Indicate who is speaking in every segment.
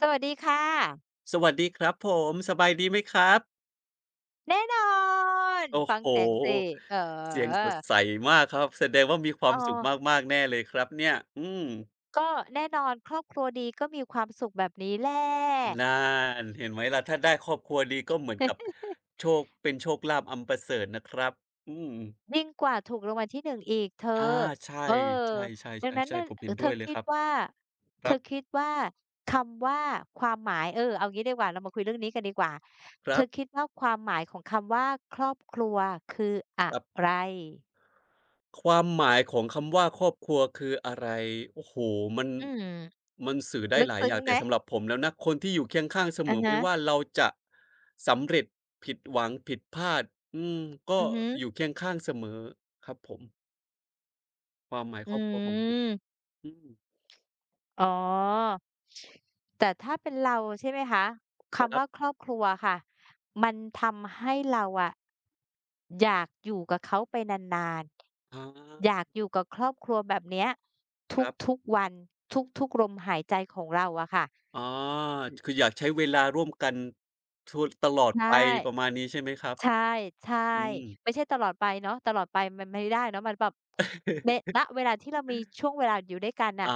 Speaker 1: สวัสดีค่ะ
Speaker 2: สวัสดีครับผมสบายดีไหมครับ
Speaker 1: แน่นอน
Speaker 2: โอ้
Speaker 1: ฟัง
Speaker 2: โฮ
Speaker 1: เสียงสิเอ
Speaker 2: เสียงส
Speaker 1: อ
Speaker 2: ดใสมากครับแสดงว่ามีค
Speaker 1: เอ
Speaker 2: วามสุข
Speaker 1: อ
Speaker 2: มากๆแน่เลยครับเนี่ย
Speaker 1: ก็แน่นอนครอบครัวดีก็มีความสุขแบบนี้แหละ
Speaker 2: นั่นเห็นไหมล่ะถ้าได้ครอบครัวดีก็เหมือนกับโชคเป็นโชคลาภอันประเสริฐนะครับอืม
Speaker 1: ยิ่งกว่าถูกรางวัลที่หนึ่งอีกเธ
Speaker 2: อา
Speaker 1: อ
Speaker 2: ใช่
Speaker 1: เออ
Speaker 2: ใช
Speaker 1: ดังนั้น
Speaker 2: ่ๆๆ
Speaker 1: น่ะ
Speaker 2: ๆผมเห็น
Speaker 1: เธ
Speaker 2: ด้ว
Speaker 1: อ
Speaker 2: ยเลย
Speaker 1: คิ
Speaker 2: ค
Speaker 1: ด
Speaker 2: รับ
Speaker 1: ว่า
Speaker 2: ค
Speaker 1: เธ
Speaker 2: รั
Speaker 1: อ
Speaker 2: บ
Speaker 1: คิดว่าคำว่าความหมายเอางี้ดีกว่าเรามาคุยเรื่องนี้กันดีกว่าเธ
Speaker 2: ๆ
Speaker 1: อคิดว่าความหมายของคำว่าครอบครัวคือ
Speaker 2: ค
Speaker 1: อะ
Speaker 2: รับ
Speaker 1: ไร
Speaker 2: ความหมายของคำว่าครอบครัวคืออะไรโอ้โฮมัน
Speaker 1: อืม
Speaker 2: มันสื่อได้
Speaker 1: ลึก
Speaker 2: หลาย
Speaker 1: ซึ้
Speaker 2: อ
Speaker 1: ง
Speaker 2: ย่าง
Speaker 1: ไหม
Speaker 2: แต่สำหรับผมแล้วนะคนที่อยู่เคียงข้างเสม
Speaker 1: อะ
Speaker 2: อ
Speaker 1: ฮะ
Speaker 2: ไม่ว่าเราจะสำเร็จผิดหวังผิดพลาดอืมก็
Speaker 1: อือฮึ
Speaker 2: อยู่เคียงข้างเสมอครับผมความหมาย
Speaker 1: อื
Speaker 2: ครอบครัวของผม
Speaker 1: ม
Speaker 2: อืม
Speaker 1: อ๋อ แต่ถ้าเป็นเราใช่ไหมคะ
Speaker 2: ค
Speaker 1: คำ
Speaker 2: รับ
Speaker 1: ว่าครอบครัวค่ะมันทำให้เราอะอยากอยู่กับเขาไปนาน
Speaker 2: อ๋อ
Speaker 1: ๆอยากอยู่กับครอบครัวแบบเนี้ย
Speaker 2: ครับ
Speaker 1: ทุกๆวันทุกๆลมหายใจของเราอะค่ะ
Speaker 2: อ๋อคืออยากใช้เวลาร่วมกันทุตลอด
Speaker 1: ใช่
Speaker 2: ไปประมาณนี้ใช่ไหมครับ
Speaker 1: ใช่ใช่
Speaker 2: อืม
Speaker 1: ไม่ใช่ตลอดไปเนาะตลอดไปมันไม่ได้เนาะมันแบบเนะ ณเวลาที่เรามีช่วงเวลาอยู่ด้วยกัน
Speaker 2: อา
Speaker 1: น่ะ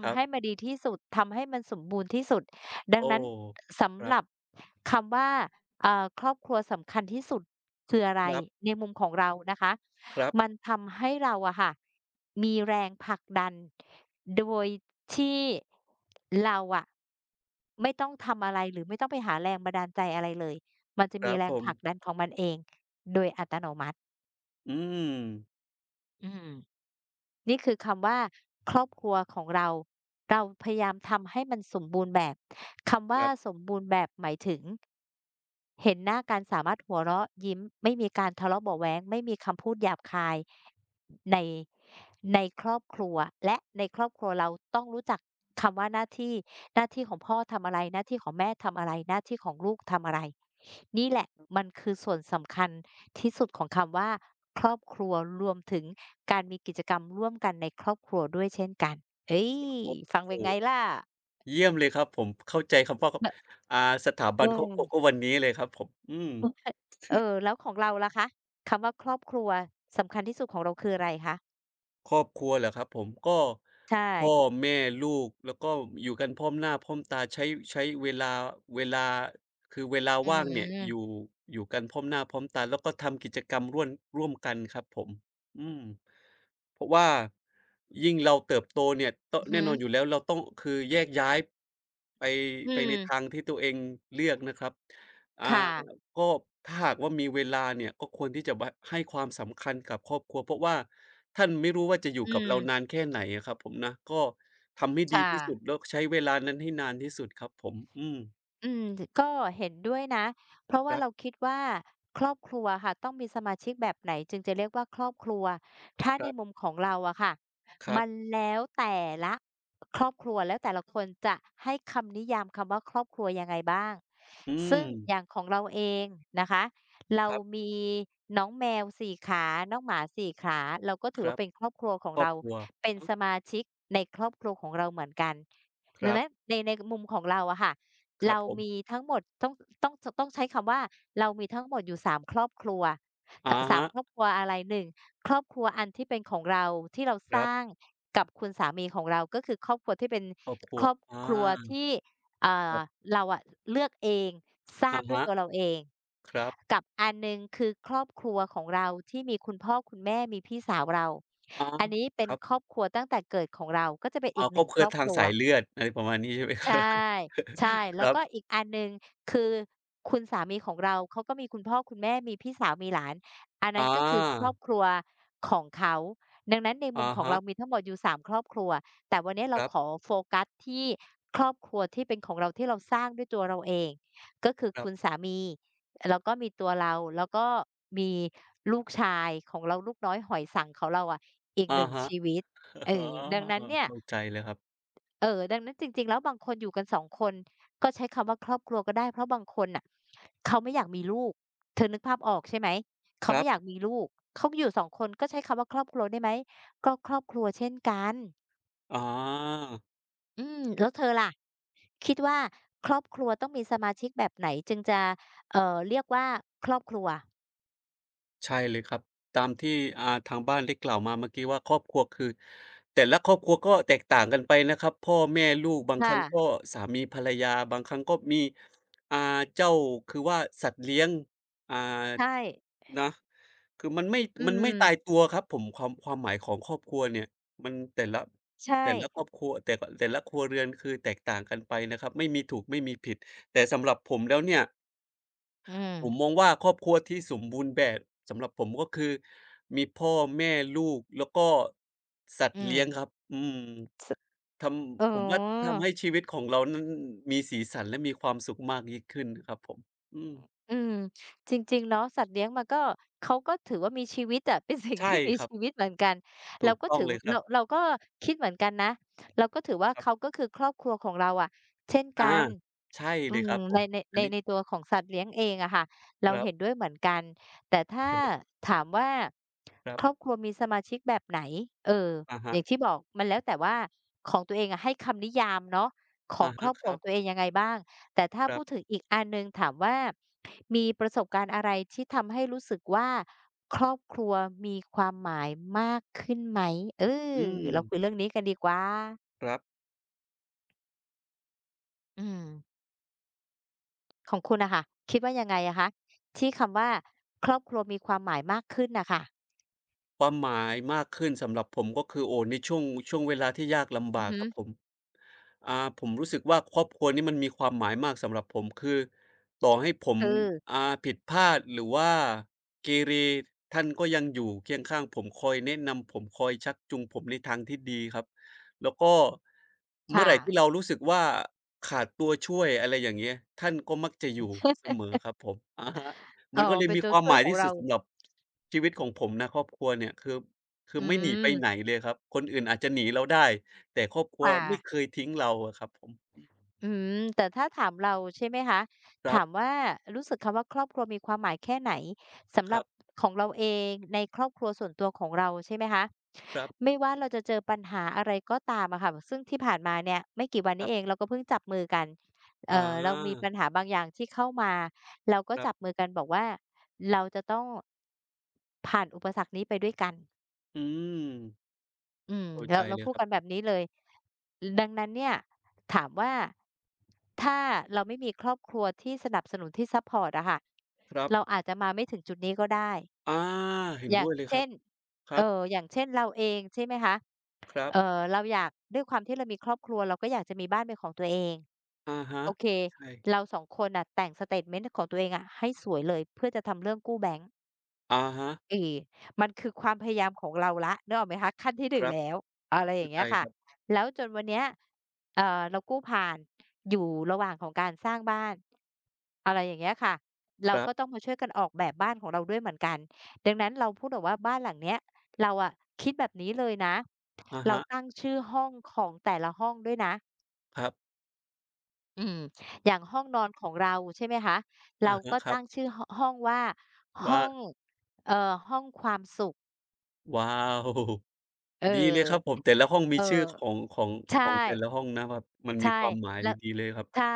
Speaker 2: ค
Speaker 1: ำ
Speaker 2: รั
Speaker 1: ให้
Speaker 2: บ
Speaker 1: มันดีที่สุดทำให้มันสมบูรณ์ที่สุดดัง
Speaker 2: โอ้
Speaker 1: นั้น
Speaker 2: ค
Speaker 1: สำ
Speaker 2: รั
Speaker 1: หรับ
Speaker 2: บ
Speaker 1: คำว่าครอบครัวสำคัญที่สุดคืออะ
Speaker 2: ค
Speaker 1: ไร
Speaker 2: รับ
Speaker 1: ในมุมของเรานะคะ
Speaker 2: ครับ
Speaker 1: มันทำให้เราอะค่ะมีแรงผลักดันโดยที่เราอะไม่ต้องทำอะไรหรือไม่ต้องไปหาแรงบันดาลใจอะไรเลย มันจะ
Speaker 2: ค
Speaker 1: มี
Speaker 2: รับ
Speaker 1: แร
Speaker 2: ผ
Speaker 1: งผ
Speaker 2: ม
Speaker 1: ลักดันของมันเอง
Speaker 2: อืม
Speaker 1: อืมนี่คือคำว่าครอบครัวของเรา เราพยายามทำให้มันสมบูรณ์แบบ คำ
Speaker 2: ค
Speaker 1: ว่า
Speaker 2: รั
Speaker 1: ส
Speaker 2: บ
Speaker 1: มบูรณ์แบบหมายถึง เห็นหน้ากันสามารถหัวเราะยิ้มไม่มีการทะเลาะเบาะแว้งไม่มีคำพูดหยาบคายในในครอบครัวและในครอบครัวเราต้องรู้จักคำว่าหน้าที่หน้าที่ของพ่อทำอะไรหน้าที่ของแม่ทำอะไรหน้าที่ของลูกทำอะไรนี่แหละมันคือส่วนสำคัญที่สุดของคำว่าครอบครัวรวมถึงการมีกิจกรรมร่วมกันในครอบครัวด้วยเช่นกันเฮ้ย
Speaker 2: โอ้
Speaker 1: ฟัง
Speaker 2: โฮ
Speaker 1: เป็นไงล่ะ
Speaker 2: เยี่ยมเลยครับผมเข้าใจคำว่า
Speaker 1: อ
Speaker 2: อ่าสถาบันครอบครัวก็วั
Speaker 1: เ
Speaker 2: นนี้เลยครับผมอืม
Speaker 1: ออ เออแล้วของเราล่ะคะคำว่าครอบครัวสำคัญที่สุดของเราคืออะไรคะ
Speaker 2: ครอบครัวเหรอครับผมก็
Speaker 1: ใช่
Speaker 2: พ่อแม่ลูกแล้วก็อยู่กันพร้อมหน้าพร้อมตาใช้เวลาคือเวลา
Speaker 1: อื
Speaker 2: ว่างเนี่ย
Speaker 1: ม
Speaker 2: อยู่กันพร้อมหน้าพร้อมตาแล้วก็ทำกิจกรรมร่วมกันครับผมอืม เพราะว่ายิ่งเราเติบโตเนี่ยต
Speaker 1: อือ
Speaker 2: แน่
Speaker 1: ฮึ
Speaker 2: นอนอยู่แล้วเราต้องคือแยกย้ายไป
Speaker 1: อื
Speaker 2: ไปใน
Speaker 1: ม
Speaker 2: ทางที่ตัวเองเลือกนะครับอ่า
Speaker 1: ค่ะ
Speaker 2: ก็ถ้าหากว่ามีเวลาเนี่ยก็ควรที่จะวะให้ความสำคัญกับครอบครัวเพราะว่าท่านไม่รู้ว่าจะอยู่
Speaker 1: อื
Speaker 2: กับเรานา
Speaker 1: ม
Speaker 2: นแค่ไหนอะครับผมนะก็ทำให้ดี
Speaker 1: ค่ะ
Speaker 2: ที่สุดแล้วใช้เวลานั้นให้นานที่สุดครับผมอืม
Speaker 1: อืมก็เห็นด้วยนะเพราะ
Speaker 2: ค
Speaker 1: ว่า
Speaker 2: รั
Speaker 1: เรา
Speaker 2: บ
Speaker 1: คิดว่าครอบครัวค่ะต้องมีสมาชิกแบบไหนจึงจะเรียกว่าครอบครัวถ้า
Speaker 2: ค
Speaker 1: ใน
Speaker 2: รั
Speaker 1: มุม
Speaker 2: บ
Speaker 1: ของเราอะค่ะ
Speaker 2: ครับ
Speaker 1: มันแล้วแต่ละครอบครัวแล้วแต่ละคนจะให้คำนิยามคำว่าครอบครัวยังไงบ้าง
Speaker 2: อืม
Speaker 1: ซึ่งอย่างของเราเองนะคะเรา
Speaker 2: ครับ
Speaker 1: มีน้องแมวสี่ขาน้องหมาสี่ขาเราก็
Speaker 2: ค
Speaker 1: ถือ
Speaker 2: รั
Speaker 1: ว่า
Speaker 2: บ
Speaker 1: เป็นครอบครัวของ
Speaker 2: ครอบ
Speaker 1: เรา
Speaker 2: ครัวอะ
Speaker 1: เป็น
Speaker 2: ฮะ
Speaker 1: สมาชิกในครอบครัวของเราเหมือนกัน
Speaker 2: ค
Speaker 1: ดัง
Speaker 2: รับ
Speaker 1: นั้นในมุมของเราอะค่ะ
Speaker 2: ครับ
Speaker 1: เรา
Speaker 2: ผม
Speaker 1: มีทั้งหมดต้องต้องจต้องใช้คำว่าเรามีทั้งหมดอยู่3ครอบครัว
Speaker 2: อะ
Speaker 1: 3
Speaker 2: ฮะ
Speaker 1: ครอบครัวอะไร1ครอบครัวอันที่เป็นของเราที่เรา
Speaker 2: ค
Speaker 1: ส
Speaker 2: รับ
Speaker 1: ร้างกับคุณสามีของเราก็คือครอบครัวที่เป็น
Speaker 2: ครอบครั
Speaker 1: ค
Speaker 2: ว
Speaker 1: รอบ
Speaker 2: อา
Speaker 1: ครัวที่อ่
Speaker 2: ค
Speaker 1: า
Speaker 2: รับ
Speaker 1: เราอะเลือกเองสร้าง
Speaker 2: อะ
Speaker 1: ด้วย
Speaker 2: ฮะ
Speaker 1: ตัวเราเอง
Speaker 2: ครับ
Speaker 1: กับอันหนึ่งคือครอบครัวของเราที่มีคุณพ่อคุณแม่มีพี่สาวเรา
Speaker 2: อ๋อ
Speaker 1: อันนี้เป็
Speaker 2: ค
Speaker 1: น
Speaker 2: รั
Speaker 1: ครอ
Speaker 2: บ
Speaker 1: บครัวตั้งแต่เกิดของเราก็จะเป็น
Speaker 2: อ๋อ
Speaker 1: อีกห
Speaker 2: ครอ
Speaker 1: นึ่
Speaker 2: บ
Speaker 1: ง
Speaker 2: ค
Speaker 1: ค
Speaker 2: รั
Speaker 1: ร
Speaker 2: ว
Speaker 1: อบ
Speaker 2: ทา
Speaker 1: ค
Speaker 2: ง
Speaker 1: รัว
Speaker 2: สายเลือดอะไรประมาณนี้ใช่ไหม ค
Speaker 1: ใช่
Speaker 2: รับ
Speaker 1: ใช่
Speaker 2: ค
Speaker 1: แล้ว
Speaker 2: รั
Speaker 1: ก็
Speaker 2: บ
Speaker 1: อีกอันหนึ่งคือคุณสามีของเราเขาก็มีคุณพ่อคุณแม่มีพี่สาวมีหลานอัน
Speaker 2: อ
Speaker 1: นั้นก็คือครอ
Speaker 2: า
Speaker 1: บครัวของเขาดังนั้นในมุม
Speaker 2: อะ
Speaker 1: ของ
Speaker 2: ฮะ
Speaker 1: เรามีทั้งหมดอยู่3ครอบครัวแต่วันนี้
Speaker 2: ค
Speaker 1: เรา
Speaker 2: รับ
Speaker 1: ขอโฟกัสที่ครอบครัวที่เป็นของเราที่เราสร้างด้วยตัวเราเองก็คือคุณสามีแล้วก็มีตัวเราแล้วก็มีลูกชายของเราลูกน้อยหอยสังของเราอะอีก
Speaker 2: ๆอะ
Speaker 1: หนึ่ง
Speaker 2: ฮะ
Speaker 1: ชีวิตเอ
Speaker 2: อ๋อ
Speaker 1: อดังนั้นเนี่ย
Speaker 2: เข้าใจเลยครับ
Speaker 1: เออดังนั้นจริงๆแล้วบางคนอยู่กัน2คนก็ใช้คำว่าครอบครัวก็ได้เพราะบางคนน่ะเขาไม่อยากมีลูกเธอนึกภาพออกใช่ไหมเขา
Speaker 2: ครั
Speaker 1: ไม่อยาก
Speaker 2: บ
Speaker 1: มีลูกเขาอยู่2คนก็ใช้คำว่าครอบครัวได้ไหมก็ครอบครัวเช่นกัน
Speaker 2: อ๋อ
Speaker 1: อืมแล้วเธอล่ะคิดว่าครอบครัวต้องมีสมาชิกแบบไหนจึงจะเรียกว่าครอบครัว
Speaker 2: ใช่เลยครับตามที่ทางบ้านได้กล่าวมาเมื่อกี้ว่าครอบครัวคือแต่ละครอบครัวก็แตกต่างกันไปนะครับพ่อแม่ลูกบางค
Speaker 1: ค่ะ
Speaker 2: รั้งก็สามีภรรยาบางครั้งก็มีอ่าเจ้าคือว่าสัตว์เลี้ยงอ่า
Speaker 1: ใช่
Speaker 2: นะคือมันไม่
Speaker 1: อื
Speaker 2: มันไม่ตาย
Speaker 1: ม
Speaker 2: ตัวครับผมความหมายของครอบครัวเนี่ยมันแต่ละ
Speaker 1: ใช่
Speaker 2: แต่ละครอบครัวแต่ละครัวเรือนคือแตกต่างกันไปนะครับไม่มีถูกไม่มีผิดแต่สำหรับผมแล้วเนี่ย
Speaker 1: อื
Speaker 2: ผมมอ
Speaker 1: ม
Speaker 2: งว่าครอบครัวที่สมบูรณ์แบบสำหรับผมก็คือมีพ่อแม่ลูกแล้วก็สัต
Speaker 1: อื
Speaker 2: ว์
Speaker 1: ม
Speaker 2: เลี้ยงครับอืมท
Speaker 1: อ๋อ
Speaker 2: ผมว่าทำให้ชีวิตของเรานั้นมีสีสันและมีความสุขมากยิ่งขึ้นครับผมอืม
Speaker 1: อืมจริงๆเนาะสัตว์เลี้ยงมันก็เขาก็ถือว่ามีชีวิตอะ เป็นสิ่ง
Speaker 2: ใช่
Speaker 1: ที่มี
Speaker 2: ครับ
Speaker 1: ชีวิตเหมือนกัน
Speaker 2: ถู
Speaker 1: เรา
Speaker 2: ก
Speaker 1: ก็
Speaker 2: ต้อง
Speaker 1: ถือ
Speaker 2: เลยครับ
Speaker 1: เราเราก็คิดเหมือนกันนะเราก็ถือว่า
Speaker 2: ครั
Speaker 1: เขา
Speaker 2: บ
Speaker 1: ก็คือครอบครัวของเราอะเช่น
Speaker 2: อา
Speaker 1: กัน
Speaker 2: ใช่
Speaker 1: อื
Speaker 2: เลยค
Speaker 1: ม
Speaker 2: รับผ
Speaker 1: ใน
Speaker 2: ม
Speaker 1: ใน
Speaker 2: อั
Speaker 1: ใน
Speaker 2: นนี้
Speaker 1: ในตัวของสัตว์เลี้ยงเองอะค่ะ
Speaker 2: ค
Speaker 1: เรา
Speaker 2: รั
Speaker 1: เห็น
Speaker 2: บ
Speaker 1: ด้วยเหมือนกันแต่ถ้า ถามว่า
Speaker 2: ครับ
Speaker 1: ครอบครัวมีสมาชิกแบบไหนเออ
Speaker 2: อะ
Speaker 1: อ
Speaker 2: ฮะ
Speaker 1: ย่างที่บอกมันแล้วแต่ว่าของตัวเองอะให้คำนิยามเนาะขอ
Speaker 2: อะ
Speaker 1: งครอ
Speaker 2: ฮะ
Speaker 1: บค
Speaker 2: ค
Speaker 1: รัวข
Speaker 2: รั
Speaker 1: อ
Speaker 2: บ
Speaker 1: งตัวเองยังไงบ้างแต่ถ้า
Speaker 2: ครั
Speaker 1: พูดถึ
Speaker 2: บ
Speaker 1: งอีกอันหนึ่งถามว่ามีประสบการณ์อะไรที่ทำให้รู้สึกว่าครอบครัวมีความหมายมากขึ้นไหมเออ
Speaker 2: อืม
Speaker 1: เราคุยเรื่องนี้กันดีกว่า
Speaker 2: ครับ
Speaker 1: อืม ของคุณนะค่ะคิดว่ายังไงอะคะที่คำว่าครอบครัวมีความหมายมากขึ้นน่ะค่ะ
Speaker 2: ความหมายมากขึ้นสำหรับผมก็คือโอ้ในช่วงเวลาที่ยากลำ
Speaker 1: อือ
Speaker 2: บาก
Speaker 1: ฮึ
Speaker 2: ครับผมอ่าผมรู้สึกว่าครอบครัวนี่มันมีความหมายมากสำหรับผมคือต่อให้ผม
Speaker 1: คือ
Speaker 2: อ่าผิดพลาดหรือว่าเกเรท่านก็ยังอยู่เคียงข้างผมคอยแนะนำผมคอยชักจูงผมในทางที่ดีครับแล้วก็เมื่อ
Speaker 1: ค่ะ
Speaker 2: ไหร่ที่เรารู้สึกว่าขาดตัวช่วยอะไรอย่างเงี้ยท่านก็มักจะอยู่เสมอครับผม อะฮะ
Speaker 1: อ๋
Speaker 2: มั
Speaker 1: อ
Speaker 2: นก็เลย
Speaker 1: เป็น
Speaker 2: มี
Speaker 1: ตั
Speaker 2: ค
Speaker 1: ว
Speaker 2: วาม
Speaker 1: ช่
Speaker 2: ห
Speaker 1: วย
Speaker 2: มาย
Speaker 1: ของ
Speaker 2: ที่สุ
Speaker 1: เรา
Speaker 2: ดสำหรับชีวิตของผมนะครอบครัวเนี่ยคือ
Speaker 1: อื
Speaker 2: ไม่หนีไปไหน
Speaker 1: ม
Speaker 2: เลยครับคนอื่นอาจจะหนีเราได้แต่ครอบครัว
Speaker 1: ค่ะ
Speaker 2: ไม่เคยทิ้งเราอะครับผม
Speaker 1: อืมแต่ถ้าถามเราใช่ไหมคะ
Speaker 2: ครั
Speaker 1: ถาม
Speaker 2: บ
Speaker 1: ว่ารู้สึกคำว่าครอบครัวมีความหมายแค่ไหนสำห
Speaker 2: ค
Speaker 1: รั
Speaker 2: รั
Speaker 1: บ
Speaker 2: บ
Speaker 1: ของเราเองในครอบครัวส่วนตัวของเราใช่ไหมคะ
Speaker 2: ครับ
Speaker 1: ไม่ว่าเราจะเจอปัญหาอะไรก็ตามอะค่ะซึ่งที่ผ่านมาเนี่ยไม่กี่วัน
Speaker 2: ค
Speaker 1: นี้
Speaker 2: รั
Speaker 1: เอง
Speaker 2: บ
Speaker 1: เราก็เพิ่งจับมือกัน
Speaker 2: อ
Speaker 1: เรามี
Speaker 2: า
Speaker 1: ปัญหาบางอย่างที่เข้ามาเราก็
Speaker 2: ครั
Speaker 1: จับมื
Speaker 2: บ
Speaker 1: อกันบอกว่าเราจะต้องผ่านอุปสรรคนี้ไปด้วยกัน
Speaker 2: อืม
Speaker 1: อืม
Speaker 2: เข้า
Speaker 1: เรา
Speaker 2: ใจ
Speaker 1: เรา
Speaker 2: เลย
Speaker 1: พูด
Speaker 2: ครับ
Speaker 1: กัน
Speaker 2: ผ
Speaker 1: แบ
Speaker 2: ม
Speaker 1: บนี้เลยดังนั้นเนี่ยถามว่าถ้าเราไม่มีครอบครัวที่สนับสนุนที่ซัปพอร์ตอะค่ะ
Speaker 2: ครับ
Speaker 1: เราอาจจะมาไม่ถึงจุดนี้ก็ได้
Speaker 2: อาเห็น
Speaker 1: อย่า
Speaker 2: ด้
Speaker 1: ง
Speaker 2: วยเลยครั
Speaker 1: เช่
Speaker 2: บ
Speaker 1: น
Speaker 2: ครับ
Speaker 1: อย่างเช่นเราเองใช่ไหมคะ
Speaker 2: ครับ
Speaker 1: เราอยากด้วยความที่เรามีครอบครัวเราก็อยากจะมีบ้านเป็นของตัวเอง
Speaker 2: อะฮะ
Speaker 1: โอเค
Speaker 2: ใช่
Speaker 1: เราสองคนน่ะแต่งสเตตเมนต์ของตัวเองอะให้สวยเลยเพื่อจะทำเรื่องกู้แบงก์
Speaker 2: อะฮะ
Speaker 1: 4มันคือความพยายามของเราแล้วนึกออกไหมคะขั้นที่ห
Speaker 2: ค
Speaker 1: นึ่ง
Speaker 2: รับ
Speaker 1: แล้วอะไรอย่า
Speaker 2: เข้า
Speaker 1: ง
Speaker 2: ใจ
Speaker 1: เงี้ยค่ะ
Speaker 2: ครับ
Speaker 1: แล้วจนวันเนี้ยเรากู้ผ่านอยู่ระหว่างของการสร้างบ้านอะไรอย่างเงี้ยค่ะ
Speaker 2: ค
Speaker 1: เรา
Speaker 2: รั
Speaker 1: ก็ต้อง
Speaker 2: บ
Speaker 1: มาช่วยกันออกแบบบ้านของเราด้วยเหมือนกันดังนั้นเราพูดแบบว่าบ้านหลังเนี้ยเราอะคิดแบบนี้เลยนะ
Speaker 2: อะ
Speaker 1: เรา
Speaker 2: ฮะ
Speaker 1: ตั้งชื่อห้องของแต่ละห้องด้วยนะ
Speaker 2: ครับ
Speaker 1: อืมอย่างห้องนอนของเราใช่ไหมคะเรา
Speaker 2: อะฮะ
Speaker 1: ก็
Speaker 2: ครั
Speaker 1: ตั้ง
Speaker 2: บ
Speaker 1: ชื่อหห้องว่าห้อ
Speaker 2: ว่า
Speaker 1: งห้องความสุข
Speaker 2: ว้าว
Speaker 1: เออ
Speaker 2: ดีเลยครับผมแต่ละห้อง
Speaker 1: เอ
Speaker 2: มี
Speaker 1: อ
Speaker 2: ชื่อของข
Speaker 1: ใช่
Speaker 2: องแต่ละห้องนะครับมันมี
Speaker 1: ใช่
Speaker 2: ความหมาย
Speaker 1: แล้ว
Speaker 2: ดีๆเลยครับ
Speaker 1: ใช่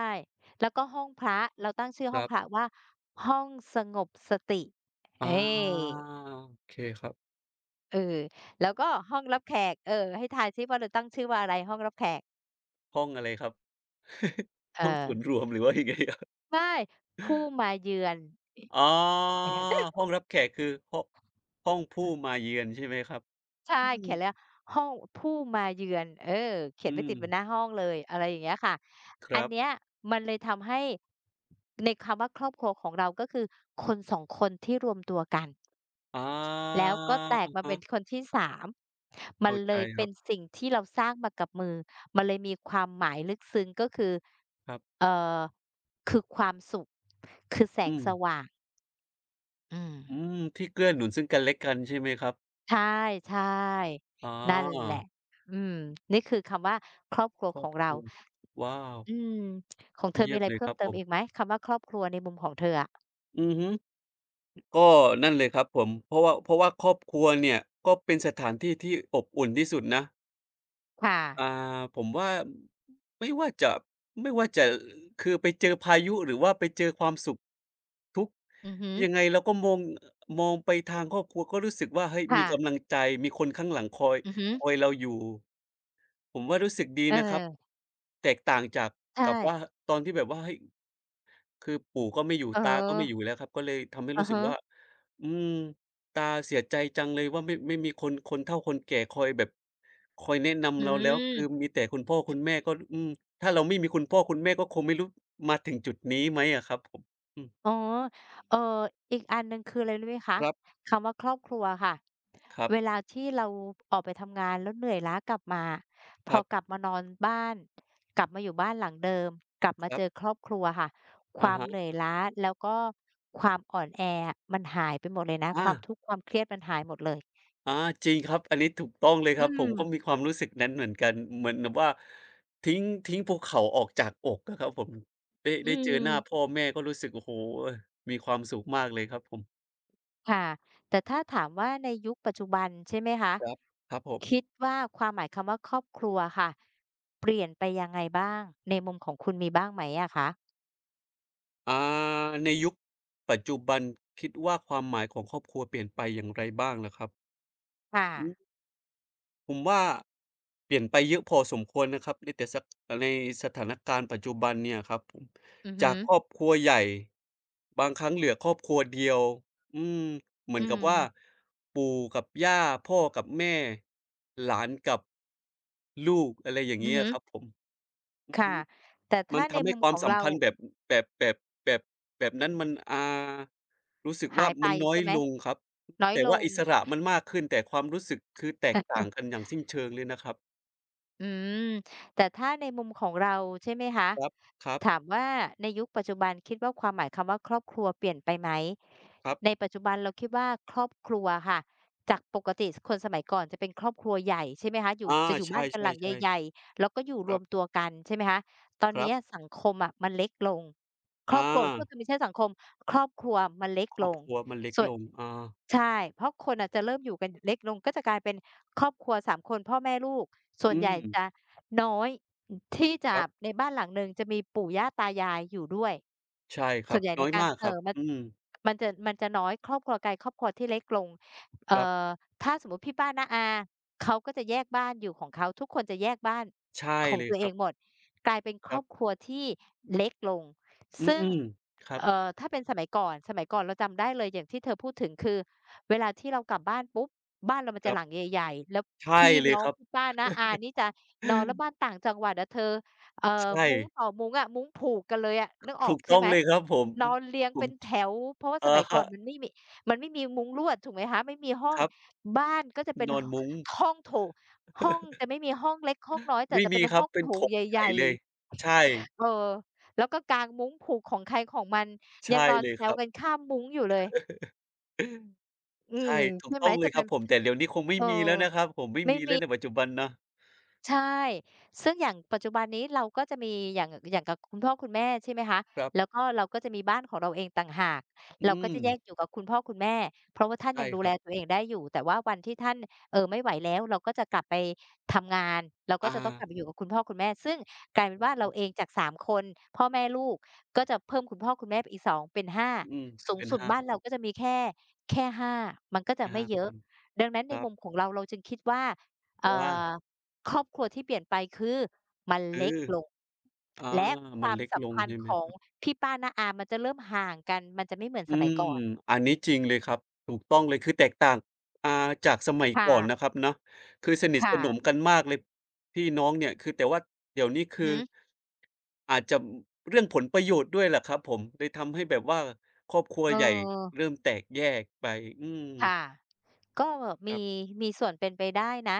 Speaker 1: แล้วก็ห้องพระเราตั้งชื่อ
Speaker 2: ค
Speaker 1: ห้อง
Speaker 2: รับ
Speaker 1: พระว่าห้องสงบสติเฮ้
Speaker 2: อาโอเคครับ
Speaker 1: เออแล้วก็ห้องรับแขก เออให้ทายซิว่าเราตั้งชื่อว่าอะไรห้องรับแขก
Speaker 2: ห้องอะไรครับ
Speaker 1: เอ
Speaker 2: ห้อง
Speaker 1: อ
Speaker 2: ส่วนรวมหรือว่ายังไงครับ
Speaker 1: ไม่ผู้มาเยือน
Speaker 2: อ๋อห้องรับแขกคือห้องห้องผู้มาเยือนใช่ไหมครับ
Speaker 1: ใช่
Speaker 2: อืม
Speaker 1: เขียนเลยว่าห้องผู้มาเยือนเออเขีย
Speaker 2: อื
Speaker 1: นไปติดบนหน้า
Speaker 2: ม
Speaker 1: ห้องเลยอะไรอย่างเงี้ยค่ะ
Speaker 2: ค
Speaker 1: อัน
Speaker 2: รับ
Speaker 1: เนี้ยมันเลยทำให้ในคำว่าครอบครัวของเราก็คือคนสองคนที่รวมตัวกัน
Speaker 2: อา
Speaker 1: แล้วก็แตก
Speaker 2: อะ
Speaker 1: มาเป็นค
Speaker 2: ฮะ
Speaker 1: นที่สามมัน
Speaker 2: เข้า
Speaker 1: เล
Speaker 2: ใจ
Speaker 1: ย
Speaker 2: ค
Speaker 1: เป็
Speaker 2: รั
Speaker 1: น
Speaker 2: บ
Speaker 1: สิ่งที่เราสร้างมากับมือมันเลยมีความหมายลึกซึ้งก็คือ
Speaker 2: ครับ
Speaker 1: เอ่อคือความสุขคือแสง
Speaker 2: อืม
Speaker 1: สว่างอืม
Speaker 2: อืมที่เกื้อหนุนซึ่งกันและกันใช่ไหมครับ
Speaker 1: ใช่
Speaker 2: อ๋อ
Speaker 1: ๆนั่นแหละ อืมนี่คือคำว่าครอบครัว
Speaker 2: คร
Speaker 1: ข
Speaker 2: อบ
Speaker 1: อง
Speaker 2: ค
Speaker 1: เรา
Speaker 2: รัวว้าว
Speaker 1: อืมของเธอมี
Speaker 2: เยี่ยม
Speaker 1: อะไร
Speaker 2: เลย
Speaker 1: เพิ่
Speaker 2: ค
Speaker 1: ม
Speaker 2: รับ
Speaker 1: เติ
Speaker 2: ผ
Speaker 1: ม
Speaker 2: ม
Speaker 1: อีกไหมคำว่าครอบครัวในมุมของเธออะ
Speaker 2: อือฮึก็นั่นเลยครับผมเพราะว่าครอบครัวเนี่ยก็เป็นสถานที่ที่อบอุ่นที่สุดนะ
Speaker 1: ค่ะ
Speaker 2: อ่าผมว่าไม่ว่าจะไม่ว่าจะคือไปเจอพายุหรือว่าไปเจอความสุขทุกข์
Speaker 1: อือฮึ
Speaker 2: ยังไงเราก็มองไปทางครอบครัวก็รู้สึกว่าเฮ้ยมี
Speaker 1: ค่ะ
Speaker 2: กำลังใจมีคนข้างหลังคอย
Speaker 1: อือฮึ
Speaker 2: คอยเราอยู่ผมว่ารู้สึกดี
Speaker 1: เอ
Speaker 2: นะครับ
Speaker 1: อ
Speaker 2: แตกต่างจากกับว่า
Speaker 1: ใช่
Speaker 2: ตอนที่แบบว่าเฮ้ย คือปู่ก็ไม่อยู่
Speaker 1: เออ
Speaker 2: ตาก็ไม่อยู่แล้วครับก็เลยทำให้
Speaker 1: อะ
Speaker 2: รู้สึก
Speaker 1: ฮะ
Speaker 2: ว่าอืมตาเสียใจจังเลยว่าไม่มีคนคนเฒ่าคนแก่คอยแบบคอยแนะ
Speaker 1: อื
Speaker 2: นำเราแล้ว
Speaker 1: ม
Speaker 2: คือมีแต่คุณพ่อคุณแม่ก็อืมถ้าเราไม่มีคุณพ่อคุณแม่ก็คงไม่รู้มาถึงจุดนี้ไหมอะครับผมอืม
Speaker 1: อ๋อเอ่ออีกอันหนึ่งคืออะไรรู้ไหมคะ
Speaker 2: ครับ
Speaker 1: คำว่าครอบครัวค่ะ
Speaker 2: ครั
Speaker 1: เว
Speaker 2: บ
Speaker 1: ลาที่เราออกไปทำงานแล้วเหนื่อยล้ากลับมา พ
Speaker 2: ค
Speaker 1: อ
Speaker 2: รับ
Speaker 1: กลับมานอนบ้านกลับมาอยู่บ้านหลังเดิม กลับ
Speaker 2: ค
Speaker 1: มา
Speaker 2: รั
Speaker 1: เจ
Speaker 2: บ
Speaker 1: อครอบครัวค่ะ ค
Speaker 2: อะ
Speaker 1: วาม
Speaker 2: ฮะ
Speaker 1: เหนื่อยล้าแล้วก็ความอ่อนแออะมันหายไปหมดเลยนะ ความ
Speaker 2: อา
Speaker 1: ทุกข์ความเครียดมันหายหมดเลย
Speaker 2: อาจริงครับอันนี้ถูกต้องเลยค
Speaker 1: อื
Speaker 2: รับผ
Speaker 1: ม
Speaker 2: มก็มีความรู้สึกนั้นเหมือนกันเหมือนแบบว่าทิ้งภูเขาออกจากอกอะครับผมได้
Speaker 1: อื
Speaker 2: ได้เจอหน้า
Speaker 1: ม
Speaker 2: พ่อแม่ก็รู้สึกโอ้โฮมีความสุขมากเลยครับผม
Speaker 1: ค่ะแต่ถ้าถามว่าในยุคปัจจุบันใช่ไหมคะ
Speaker 2: ครับครับผ
Speaker 1: คิด
Speaker 2: ม
Speaker 1: ว่าความหมายคำว่าครอบครัวค่ะเปลี่ยนไปยังไงบ้างในมุมของคุณมีบ้างไหมอะคะ
Speaker 2: อ่าในยุคปัจจุบันคิดว่าความหมายของครอบครัวเปลี่ยนไปอย่างไรบ้างเหรอครับ
Speaker 1: ค่ะ
Speaker 2: ผมว่าเปลี่ยนไปเยอะพอสมควรนะครับในแต่สักในสถานการณ์ปัจจุบันเนี่ยครับผม
Speaker 1: อือ
Speaker 2: จา
Speaker 1: ฮึ
Speaker 2: กครอบครัวใหญ่บางครั้งเหลือครอบครัวเดียวอืมเหมื
Speaker 1: อื
Speaker 2: อน
Speaker 1: ม
Speaker 2: กับว่าปู่กับย่าพ่อกับแม่หลานกับลูกอะไรอย่าง
Speaker 1: อือ
Speaker 2: งี้
Speaker 1: ฮึ
Speaker 2: อะครับผมอือ
Speaker 1: ค่ะ
Speaker 2: ฮึ
Speaker 1: แต่
Speaker 2: มั
Speaker 1: ถ้า
Speaker 2: น
Speaker 1: ใน
Speaker 2: ทำให้
Speaker 1: มุม
Speaker 2: ควา
Speaker 1: ข
Speaker 2: ม
Speaker 1: อง
Speaker 2: สัม
Speaker 1: เรา
Speaker 2: พันธ์แบบแบบแบบแบบนั้นมันรู้สึก
Speaker 1: หา
Speaker 2: ว่า
Speaker 1: ยไป
Speaker 2: มันน้อ
Speaker 1: ใช่
Speaker 2: ย
Speaker 1: ไหม
Speaker 2: ลงครับ
Speaker 1: น้อย
Speaker 2: แต่
Speaker 1: ล
Speaker 2: ว่า
Speaker 1: ง
Speaker 2: อิสระมันมากขึ้นแต่ความรู้สึกคือแตกต่างกั นอย่างสิ้นเชิงเลยนะครับ
Speaker 1: อืมแต่ถ้าในมุมของเราใช่ไหมคะ
Speaker 2: ครับครับ
Speaker 1: ถามว่าในยุคปัจจุบันคิดว่าความหมายคำว่าครอบครัวเปลี่ยนไปไหม
Speaker 2: ครับ
Speaker 1: ในปัจจุบันเราคิดว่าครอบครัวค่ะจากปกติคนสมัยก่อนจะเป็นครอบครัวใหญ่ใช่ไหมคะอยู่
Speaker 2: อา
Speaker 1: จะอยู่
Speaker 2: ใช่
Speaker 1: บ้านกันหลัง
Speaker 2: ๆ
Speaker 1: ใหญ่
Speaker 2: ๆ
Speaker 1: ๆแล้วก็อยู่
Speaker 2: ค
Speaker 1: ร
Speaker 2: รั
Speaker 1: วม
Speaker 2: บ
Speaker 1: ตัวกันใช่ไหมคะตอน
Speaker 2: ครั
Speaker 1: เนี้ย
Speaker 2: บ
Speaker 1: สังคมอะมันเล็กลงค
Speaker 2: อ
Speaker 1: รอบครัวโทษที
Speaker 2: า
Speaker 1: ไม่ใช่สังคมครอบครัวมันเล็ก
Speaker 2: คร
Speaker 1: ล
Speaker 2: อบ
Speaker 1: ง
Speaker 2: ครัวมันเล็ก
Speaker 1: ส่วน
Speaker 2: ลงอา
Speaker 1: ใช่เพราะคนอะจะเริ่มอยู่กันเล็กลงก็จะกลายเป็นครอบครัวสามคนพ่อแม่ลูกส่วน
Speaker 2: อื
Speaker 1: ใหญ่
Speaker 2: ม
Speaker 1: จะน้อย ที่จะ
Speaker 2: ครับ
Speaker 1: ในบ้านหลังหนึ่งจะมีปู่ย่าตายายอยู่ด้วย
Speaker 2: ใช่ค
Speaker 1: ส่
Speaker 2: รั
Speaker 1: ว
Speaker 2: บ
Speaker 1: นใหญ่
Speaker 2: น้
Speaker 1: ใน
Speaker 2: อย
Speaker 1: การ
Speaker 2: มากครับ
Speaker 1: มัน
Speaker 2: อืม
Speaker 1: มันจะน้อยครอบครัวไกลครอบครัวที่เล็กลงเอ่
Speaker 2: ครับ
Speaker 1: อถ้าสมมุติพี่ป้าน้าอาเขาก็จะแยกบ้านอยู่ของเขาทุกคนจะแยกบ้าน
Speaker 2: ใช่
Speaker 1: ของ
Speaker 2: เลย
Speaker 1: ตัว
Speaker 2: ค
Speaker 1: เอ
Speaker 2: รั
Speaker 1: งหม
Speaker 2: บ
Speaker 1: ดกลายเป็นค
Speaker 2: ค
Speaker 1: ร
Speaker 2: รั
Speaker 1: อ
Speaker 2: บ
Speaker 1: บครัวที่เล็กลง
Speaker 2: อื
Speaker 1: ซึ่ง
Speaker 2: มๆครับ
Speaker 1: ถ้าเป็นสมัยก่อนสมัยก่อนเราจำได้เลยอย่างที่เธอพูดถึงคือเวลาที่เรากลับบ้านปุ๊บบ้านเรามัน
Speaker 2: ค
Speaker 1: จะ
Speaker 2: รั
Speaker 1: ห
Speaker 2: บ
Speaker 1: ลังใหญ่ๆแล้ว
Speaker 2: ใช่
Speaker 1: พี่
Speaker 2: เลย
Speaker 1: น้อง
Speaker 2: ครับ
Speaker 1: พี่ป้าน้าอานี่จะ นอนแล้วบ้าน ต่างจังหวัดอะเธอเอ่อ
Speaker 2: ใช่
Speaker 1: มุ้งต่อมุ้งอะมุ้งผูกกันเลยอะนึกออ
Speaker 2: ถู
Speaker 1: ก
Speaker 2: ก
Speaker 1: ใช่
Speaker 2: ต้อง
Speaker 1: ไหม
Speaker 2: เลยครับผม
Speaker 1: นอนเรียง
Speaker 2: ผ
Speaker 1: เป็
Speaker 2: ม
Speaker 1: นแถวเพราะว่าส
Speaker 2: อะ
Speaker 1: มัยก่อ
Speaker 2: ฮะ
Speaker 1: นมันไม่มีมุ้งลวดถูกไหมคะไม่มีห้อ
Speaker 2: ค
Speaker 1: ง
Speaker 2: รับ
Speaker 1: บ้านก็จะเป็น
Speaker 2: นอนมุ้ง
Speaker 1: ห้องโถงห้องจะไม่มีห้องเล็กห้องน้อยแต่
Speaker 2: ไม่
Speaker 1: จะเป็
Speaker 2: มี
Speaker 1: น
Speaker 2: ครั
Speaker 1: ห้อ
Speaker 2: บ
Speaker 1: ง
Speaker 2: เป็
Speaker 1: โถ
Speaker 2: นถ
Speaker 1: ง
Speaker 2: ง
Speaker 1: ใ
Speaker 2: ให
Speaker 1: ห
Speaker 2: ญ่
Speaker 1: ญ่
Speaker 2: เลยใช่
Speaker 1: ๆเออแล้วก็กางมุ้งผูกของใครของมันยัง
Speaker 2: ใช่
Speaker 1: นอน
Speaker 2: เลย
Speaker 1: แซ
Speaker 2: ค
Speaker 1: ว
Speaker 2: รับ
Speaker 1: กันข้ามมุ้งอยู่เลยอืม
Speaker 2: ใช่ถูก
Speaker 1: ใช่ไห
Speaker 2: ต้
Speaker 1: ม
Speaker 2: องเล
Speaker 1: จะ
Speaker 2: ยค
Speaker 1: เป็
Speaker 2: รับ
Speaker 1: น
Speaker 2: ผมแต่เดี๋ยวนี้คงไม่
Speaker 1: เออ
Speaker 2: มีแล้วนะครับผมไม่
Speaker 1: ไม่
Speaker 2: มีแล้
Speaker 1: มี
Speaker 2: วในปัจจุบันนะ
Speaker 1: ใช่ ซึ่งอย่างปัจจุบันนี้เราก็จะมีอย่างกับคุณพ่อคุณแม่ใช่ไหมคะ
Speaker 2: ครั
Speaker 1: แล้ว
Speaker 2: บ
Speaker 1: ก็เราก็จะมีบ้านของเราเองต่างหาก เรา
Speaker 2: อื
Speaker 1: ก็
Speaker 2: ม
Speaker 1: จะแยกอยู่กับคุณพ่อคุณแม่ เพราะว่าท่าน
Speaker 2: ใช่
Speaker 1: ยังดู
Speaker 2: ค
Speaker 1: แล
Speaker 2: รับ
Speaker 1: ตัวเองได้อยู่ แต่ว่าวันที่ท่านไม่ไหวแล้วเราก็จะกลับไปทำงานเราก็
Speaker 2: อา
Speaker 1: จะต้องกลับไปอยู่กับคุณพ่อคุณแม่ซึ่งกลายเป็นว่าเราเองจากสามคนพ่อแม่ลูกก็จะเพิ่มคุณพ่อคุณแม่ไปอีกสองเป็นห้า
Speaker 2: อืม
Speaker 1: สูง
Speaker 2: เป็น
Speaker 1: สุด
Speaker 2: ห้า
Speaker 1: บ้านเราก็จะมีแค่ห้ามันก็จะ
Speaker 2: มี
Speaker 1: ไม่
Speaker 2: ห้า
Speaker 1: เย
Speaker 2: ค
Speaker 1: อะ
Speaker 2: น
Speaker 1: ดังนั้น
Speaker 2: ค
Speaker 1: ใน
Speaker 2: รับ
Speaker 1: มุมของเราเราจึงคิดว่าเอ่
Speaker 2: ว่า
Speaker 1: อ ครอบครัวที่เปลี่ยนไปคือมัน
Speaker 2: เออ
Speaker 1: เล็กลง
Speaker 2: อา
Speaker 1: และค
Speaker 2: มัน
Speaker 1: วาม
Speaker 2: เล็ก
Speaker 1: สัม
Speaker 2: ลง
Speaker 1: พัน
Speaker 2: ใช่
Speaker 1: ธ์
Speaker 2: ไหม
Speaker 1: ขอ
Speaker 2: ค
Speaker 1: ง
Speaker 2: รับ
Speaker 1: พี่ป้าน้าอามันจะเริ่มห่างกัน มันจะไม่เหมือน
Speaker 2: อื
Speaker 1: สมัย
Speaker 2: ม
Speaker 1: ก่อน
Speaker 2: อันนี้จริงเลยครับถูกต้องเลยคือแตกต่างอ่าจากสมัย
Speaker 1: ค่ะ
Speaker 2: ก่อนนะครับเนาะคือสนิทส
Speaker 1: ค่ะ
Speaker 2: นมกันมากเลยพี่น้องเนี่ยคือแต่ว่าเดี๋ยวนี้
Speaker 1: อือ
Speaker 2: คือ
Speaker 1: ฮึ
Speaker 2: อาจจะเรื่องผลประโยชน์ด้วยแหละครับผมเลยทำให้แบบว่าครอบครัว
Speaker 1: เอ
Speaker 2: ใหญ่
Speaker 1: อ
Speaker 2: เริ่มแตกแยกไปอืม
Speaker 1: ค่ะ ก็
Speaker 2: ครั
Speaker 1: มี
Speaker 2: บ
Speaker 1: มีส่วนเป็นไปได้นะ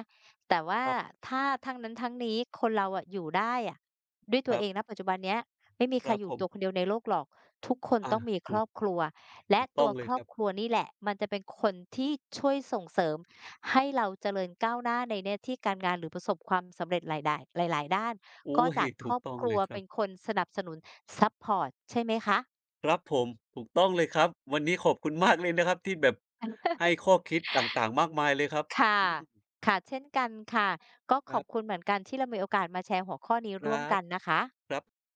Speaker 1: แต่ว่า
Speaker 2: ครับ
Speaker 1: ถ้าทั้งนั้นทั้งนี้คนเราอะอยู่ได้อะด้วย
Speaker 2: ค
Speaker 1: ตัว
Speaker 2: รั
Speaker 1: เอ
Speaker 2: บ
Speaker 1: งณปัจจุบันเนี้ยไม่มี
Speaker 2: ค
Speaker 1: ใคร
Speaker 2: รับ
Speaker 1: อ
Speaker 2: ผ
Speaker 1: ยู่
Speaker 2: ม
Speaker 1: ตัวคนเดียวในโลกหรอกทุกคน
Speaker 2: อา
Speaker 1: ต้องมีค
Speaker 2: ถู
Speaker 1: ร
Speaker 2: ก
Speaker 1: อบครัวและ
Speaker 2: ถูกต้
Speaker 1: ตั
Speaker 2: อ
Speaker 1: ว
Speaker 2: งเล
Speaker 1: ค
Speaker 2: ย
Speaker 1: ร
Speaker 2: ค
Speaker 1: อบ
Speaker 2: รับ
Speaker 1: ครัวนี่แหละมันจะเป็นคนที่ช่วยส่งเสริมให้เราเจริญก้าวหน้าในหน้าที่การงานหรือประสบความสำเร็จหลายด่ายหลายๆด้าน
Speaker 2: โอ้
Speaker 1: ก็จากค
Speaker 2: ถู
Speaker 1: ร
Speaker 2: ก
Speaker 1: อบ
Speaker 2: ต้อง
Speaker 1: ค
Speaker 2: เล
Speaker 1: รัว
Speaker 2: ยครั
Speaker 1: เป็
Speaker 2: บ
Speaker 1: นคนสนับสนุนซัปพอร์ตใช่ไหมคะ
Speaker 2: ครับผมถูกต้องเลยครับวันนี้ขอบคุณมากเลยนะครับที่แบบให้ข้อคิดต่างๆมากมายเลยครับ
Speaker 1: ค่ะค่ะ เช่นกันค่ะ ก็ข
Speaker 2: ค
Speaker 1: อ
Speaker 2: รั
Speaker 1: บคุณ
Speaker 2: บ
Speaker 1: เหมือนกันที่เรามีโอกาสมาแชร์หัวข้อนี้
Speaker 2: ค
Speaker 1: ร่วม
Speaker 2: รับ
Speaker 1: กันนะคะ
Speaker 2: ครับ